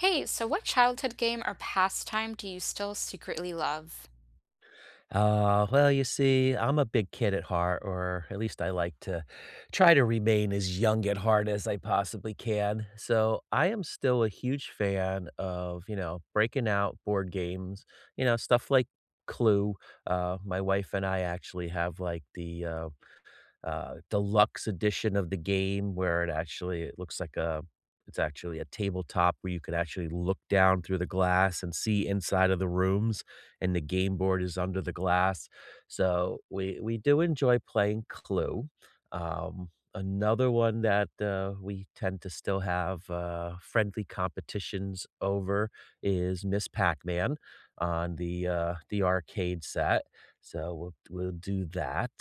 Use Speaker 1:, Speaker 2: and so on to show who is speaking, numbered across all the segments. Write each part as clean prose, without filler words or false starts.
Speaker 1: Hey, so what childhood game or pastime do you still secretly love?
Speaker 2: Well, you see, I'm a big kid at heart, or at least I like to try to remain as young at heart as I possibly can. So I am still a huge fan of, you know, breaking out board games, you know, stuff like Clue. My wife and I actually have like the deluxe edition of the game where it looks like a it's actually a tabletop where you could actually look down through the glass and see inside of the rooms, and the game board is under the glass. So we do enjoy playing Clue. Another one that we tend to still have friendly competitions over is Miss Pac-Man on the arcade set. So we'll do that.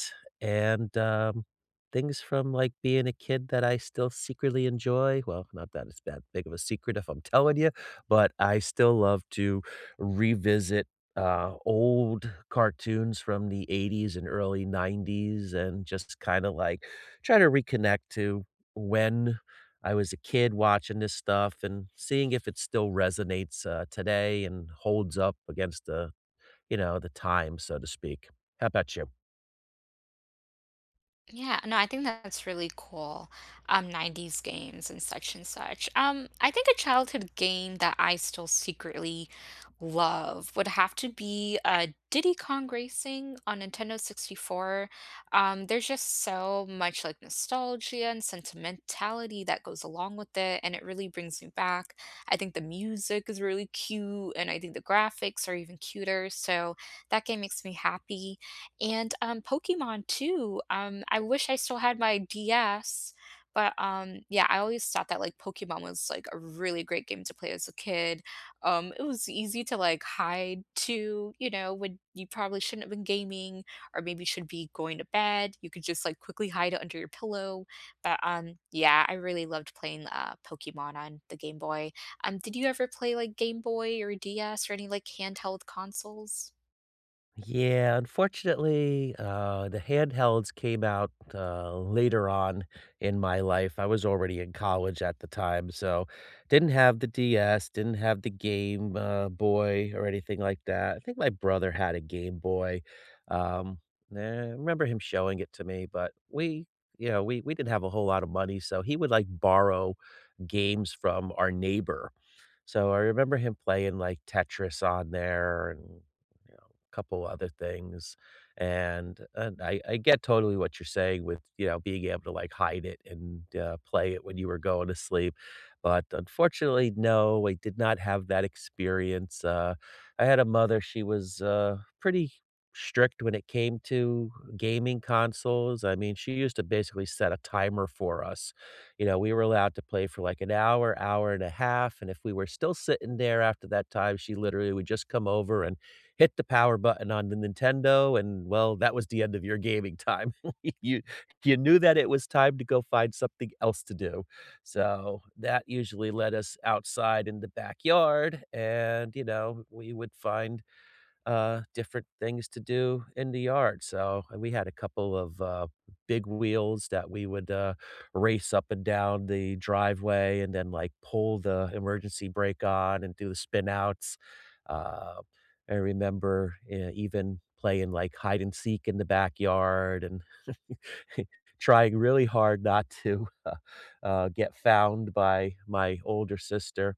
Speaker 2: And, um, Things from, like, being a kid that I still secretly enjoy, well, not that it's that big of a secret if I'm telling you, but I still love to revisit, old cartoons from the '80s and early '90s, and just kinda, like, try to reconnect to when I was a kid watching this stuff and seeing if it still resonates, today, and holds up against the, you know, the time, so to speak. How about you?
Speaker 1: Yeah, no, I think that's really cool. 90s games and such and such. I think a childhood game that I still secretly love would have to be Diddy Kong Racing on Nintendo 64. There's just so much like nostalgia and sentimentality that goes along with it, and it really brings me back. I think the music is really cute, and I think the graphics are even cuter. So that game makes me happy. Pokemon too. I wish I still had my DS, but, yeah, I always thought that, like, Pokemon was, like, a really great game to play as a kid. It was easy to, like, hide to, you know, when you probably shouldn't have been gaming or maybe should be going to bed. You could just, like, quickly hide it under your pillow. But, yeah, I really loved playing, Pokemon on the Game Boy. Did you ever play, like, Game Boy or DS or any, like, handheld consoles?
Speaker 2: Yeah, unfortunately, the handhelds came out later on in my life. I was already in college at the time, so didn't have the DS, didn't have the Game Boy or anything like that. I think my brother had a Game Boy. Um, I remember him showing it to me, but we, you know, we didn't have a whole lot of money, so he would like borrow games from our neighbor. So I remember him playing like Tetris on there and, you know, a couple other things. And I get totally what you're saying with, you know, being able to like hide it and play it when you were going to sleep. But unfortunately, no, I did not have that experience. I had a mother, she was pretty strict when it came to gaming consoles. I mean, she used to basically set a timer for us. You know, we were allowed to play for like an hour, hour and a half, and if we were still sitting there after that time, she literally would just come over and hit the power button on the Nintendo, and well, that was the end of your gaming time. You you knew that it was time to go find something else to do. So, that usually led us outside in the backyard, and, you know, we would find different things to do in the yard. So, and we had a couple of big wheels that we would race up and down the driveway and then like pull the emergency brake on and do the spin outs. Uh, I remember even playing like hide and seek in the backyard, and trying really hard not to, get found by my older sister,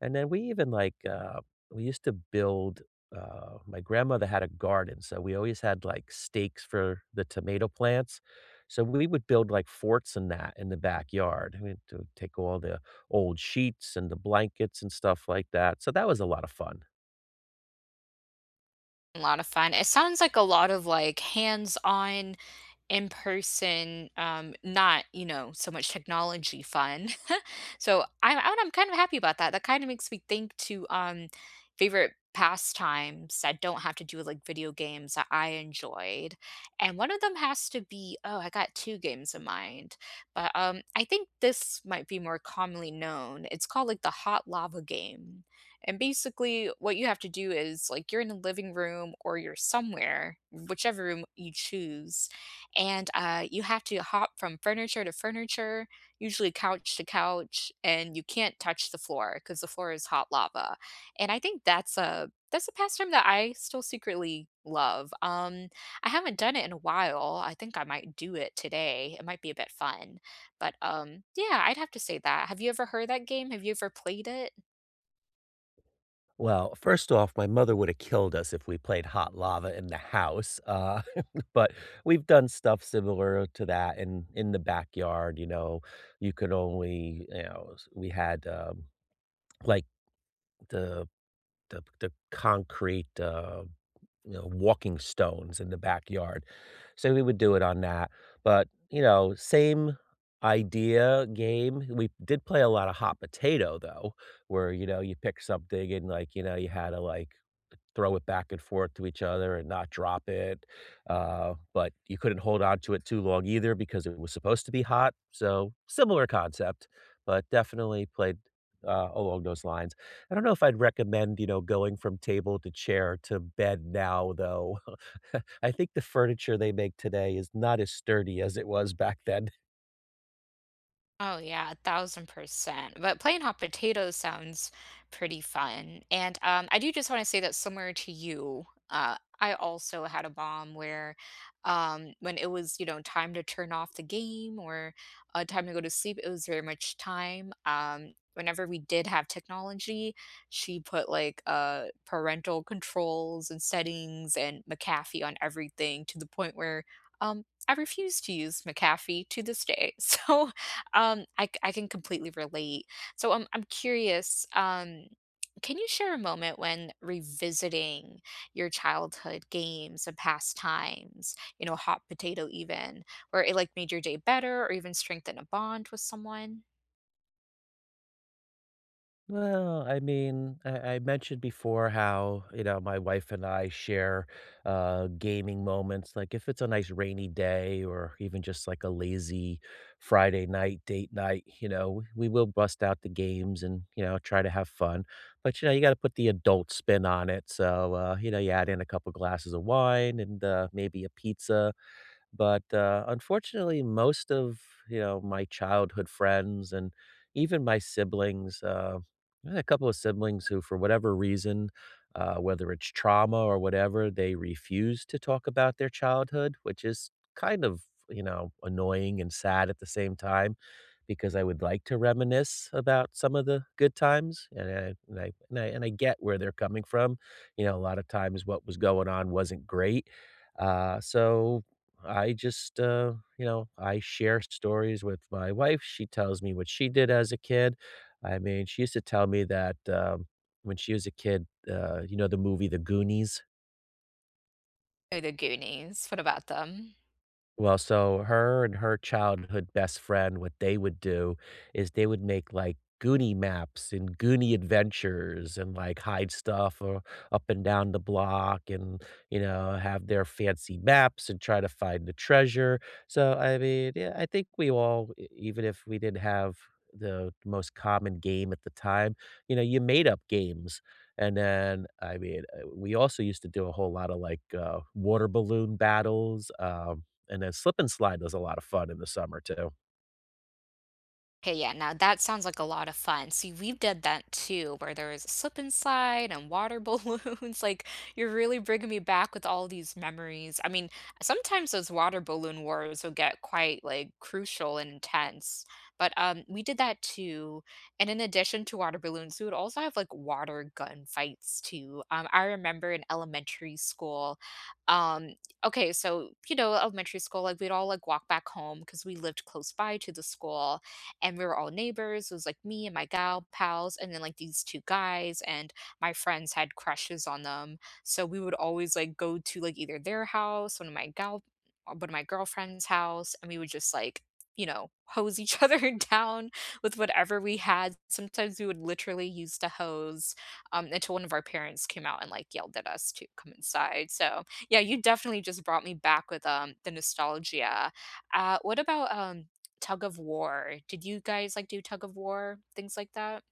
Speaker 2: and then we even, like, we used to build, my grandmother had a garden, so we always had, like, stakes for the tomato plants, so we would build, like, forts and that in the backyard. We had to take all the old sheets and the blankets and stuff like that, so that was a lot of fun.
Speaker 1: A lot of fun. It sounds like a lot of, like, hands-on in person, not, you know, so much technology fun. I'm kind of happy about that. That kind of makes me think to favorite pastimes that don't have to do with like video games that I enjoyed. And one of them has to be, oh, I got two games in mind. But I think this might be more commonly known. It's called like the hot lava game. And basically what you have to do is like you're in a living room or you're somewhere, whichever room you choose, and you have to hop from furniture to furniture, usually couch to couch, and you can't touch the floor because the floor is hot lava. And I think that's a pastime that I still secretly love. I haven't done it in a while. I think I might do it today. It might be a bit fun, but yeah, I'd have to say that. Have you ever heard that game? Have you ever played it?
Speaker 2: Well, first off, my mother would have killed us if we played hot lava in the house, but we've done stuff similar to that in the backyard. You know, you could only you know, s we had, like, the the concrete, you know, walking stones in the backyard, so we would do it on that, but, you know, same idea game. We did play a lot of hot potato, though, where, you know, you pick something and, like, you know, you had to, like, throw it back and forth to each other and not drop it. But you couldn't hold on to it too long either because it was supposed to be hot. So similar concept, but definitely played along those lines. I don't know if I'd recommend, you know, going from table to chair to bed now, though. I think the furniture they make today is not as sturdy as it was back then.
Speaker 1: Oh yeah, 1000%. But playing hot potatoes sounds pretty fun, and, I do just wanna say that similar to you, I also had a mom where, when it was, you know, time to turn off the game or, time to go to sleep, it was very much time. Whenever we did have technology, she put, like, parental controls and settings and McAfee on everything to the point where, I refuse to use McAfee to this day, so I can completely relate. So I'm curious, can you share a moment when revisiting your childhood games and pastimes, you know, hot potato even, where it like made your day better or even strengthened a bond with someone?
Speaker 2: Well, I mean, I mentioned before how, you know, my wife and I share gaming moments. Like if it's a nice rainy day or even just like a lazy Friday night, date night, you know, we will bust out the games and, you know, try to have fun. But you know, you got to put the adult spin on it. So, you know, you add in a couple glasses of wine and maybe a pizza. But, unfortunately, most of, you know, my childhood friends and even my siblings, I had a couple of siblings who, for whatever reason, whether it's trauma or whatever, they refuse to talk about their childhood, which is kind of, you know, annoying and sad at the same time because I would like to reminisce about some of the good times, and I get where they're coming from. You know, a lot of times what was going on wasn't great. So I just, you know, I share stories with my wife. She tells me what she did as a kid. I mean, she used to tell me that when she was a kid, you know, the movie The Goonies.
Speaker 1: Oh, the Goonies, what about them?
Speaker 2: Well, so her and her childhood best friend, what they would do is they would make like Goonie maps and Goonie adventures and like hide stuff or up and down the block and, you know, have their fancy maps and try to find the treasure. So, I mean, yeah, I think we all, even if we didn't have the most common game at the time, you know, you made up games. And then, I mean, we also used to do a whole lot of like water balloon battles. And then slip and slide was a lot of fun in the summer too.
Speaker 1: Okay, yeah, now that sounds like a lot of fun. See, we've done that too, where there was a slip and slide and water balloons. Like, you're really bringing me back with all these memories. I mean, sometimes those water balloon wars will get quite like crucial and intense. But we did that too. And in addition to water balloons, we would also have like water gun fights too. I remember in elementary school, um, okay, so you know, elementary school, like we'd all like walk back home because we lived close by to the school and we were all neighbors. It was like me and my gal pals, and then like these two guys, and my friends had crushes on them. So we would always like go to like either their house, one of my girlfriend's house, and we would just like, you know, hose each other down with whatever we had. Sometimes we would literally use the hose until one of our parents came out and like yelled at us to come inside. So yeah, you definitely just brought me back with the nostalgia. What about tug of war? Did you guys like do tug of war, things like that?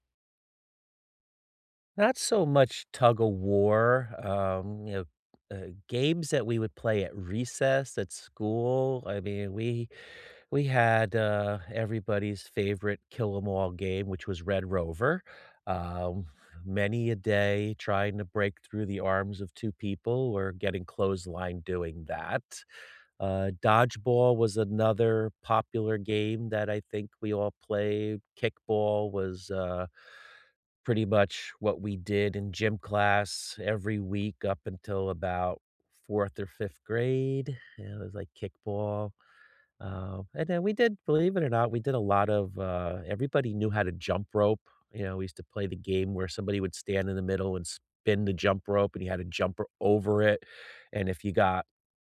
Speaker 2: Not so much tug of war. You know, games that we would play at recess at school. I mean, we had everybody's favorite kill 'em all game, which was Red Rover. Um, Many a day trying to break through the arms of two people or getting clotheslined doing that. Dodgeball was another popular game that I think we all played. Kickball was, pretty much what we did in gym class every week up until about 4th or 5th grade. Yeah, it was like kickball. And then we did, believe it or not, we did a lot of, everybody knew how to jump rope. You know, we used to play the game where somebody would stand in the middle and spin the jump rope and you had to jump over it. And if you got,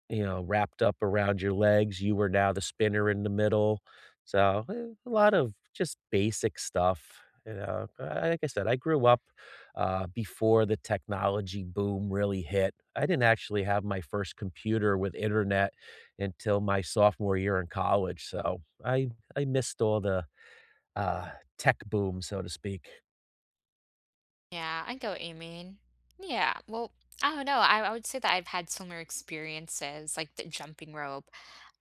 Speaker 2: you know, wrapped up around your legs, you were now the spinner in the middle. So a lot of just basic stuff. You know, like I said, I grew up before the technology boom really hit. I didn't actually have my first computer with internet until my sophomore year in college, so I missed all the, uh, tech boom, so to speak.
Speaker 1: Yeah, I get what you mean. Yeah, well, I don't know. I would say that I've had similar experiences, like the jumping rope.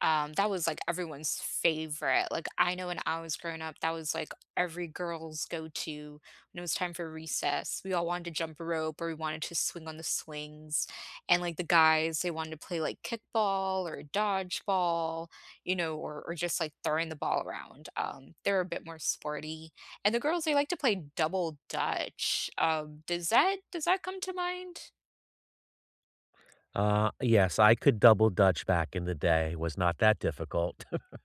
Speaker 1: That was like everyone's favorite. Like I know when I was growing up, that was like every girl's go-to when it was time for recess. We all wanted to jump rope or we wanted to swing on the swings. And like the guys, they wanted to play like kickball or dodgeball, you know, or just like throwing the ball around. They're a bit more sporty and the girls, they like to play double dutch. Does that come to mind?
Speaker 2: Yes, I could double dutch back in the day. It was not that difficult.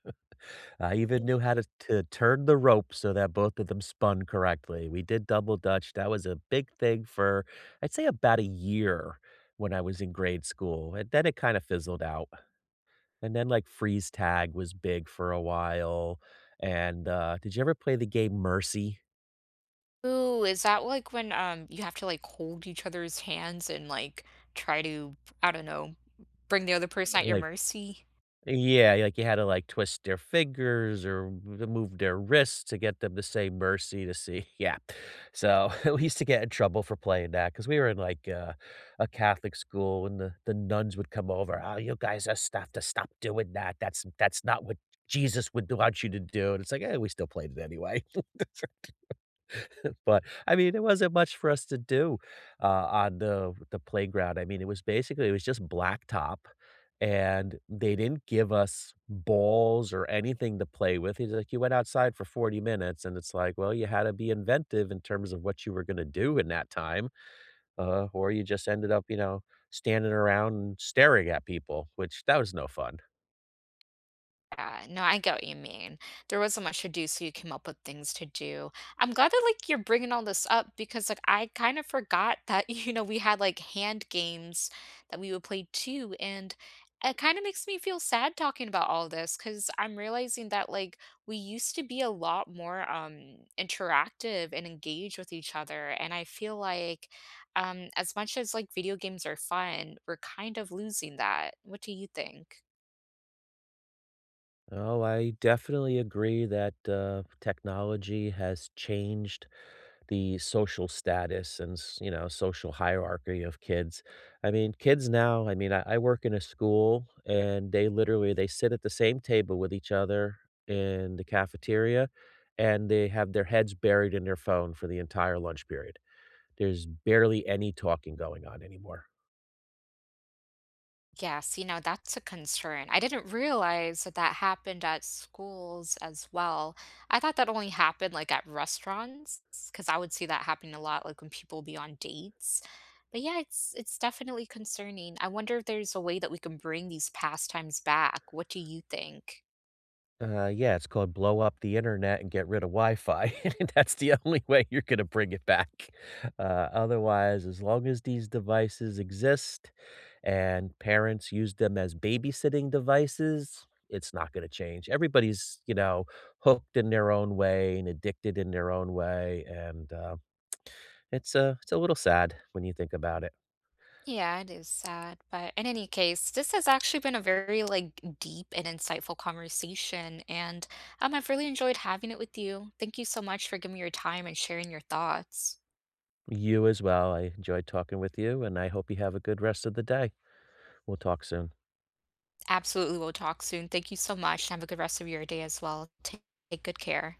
Speaker 2: I even knew how to turn the rope so that both of them spun correctly. We did double dutch, that was a big thing for, I'd say about a year when I was in grade school, and then it kinda fizzled out. And then, like, freeze tag was big for a while, and, did you ever play the game Mercy?
Speaker 1: Ooh, is that like when you have to like hold each other's hands and like try to, I don't know, bring the other person at your
Speaker 2: Like
Speaker 1: mercy?
Speaker 2: Yeah, like, you had to, like, twist their fingers or m move their wrists to get them to say mercy to see yeah. So, we used to get in trouble for playing that because we were in, like, a Catholic school, and the nuns would come over, "Oh, you guys just have to stop doing that. That's not what Jesus would want you to do." And it's like, "Eh, we still played it anyway." But, I mean, there wasn't much for us to do, on the playground. I mean, it was basically it was just blacktop, and they didn't give us balls or anything to play with. He's like, "You went outside for 40 minutes," and it's like, well, you had to be inventive in terms of what you were gonna do in that time, or you just ended up, you know, standing around and staring at people, which that was no fun.
Speaker 1: Yeah, no, I get what you mean. There wasn't much to do, so you came up with things to do. I'm glad that like you're bringing all this up because like I kind of forgot that you know we had like hand games that we would play too, and it kind of makes me feel sad talking about all this because I'm realizing that like we used to be a lot more interactive and engaged with each other, and I feel like as much as like video games are fun, we're kind of losing that. What do you think?
Speaker 2: Oh, I definitely agree that, technology has changed the social status and you know social hierarchy of kids. I mean kids now, I work in a school, and they literally they sit at the same table with each other in the cafeteria, and they have their heads buried in their phone for the entire lunch period. There's barely any talking going on anymore.
Speaker 1: Yes, you know, that's a concern. I didn't realize that that happened at schools as well. I thought that only happened like at restaurants because I would see that happening a lot like when people be on dates. But yeah, it's definitely concerning. I wonder if there's a way that we can bring these pastimes back. What do you think?
Speaker 2: Yeah, it's called blow up the internet and get rid of Wi-Fi. That's the only way you're gonna bring it back. Uh, Otherwise, as long as these devices exist and parents use them as babysitting devices, it's not gonna change. Everybody's, you know, hooked in their own way and addicted in their own way, and it's a little sad when you think about it.
Speaker 1: Yeah, it is sad, but in any case, this has actually been a very like deep and insightful conversation, and I've really enjoyed having it with you. Thank you so much for giving me your time and sharing your thoughts.
Speaker 2: You as well. I enjoyed talking with you, and I hope you have a good rest of the day. We'll talk soon.
Speaker 1: Absolutely, we'll talk soon. Thank you so much. And have a good rest of your day as well. Take good care.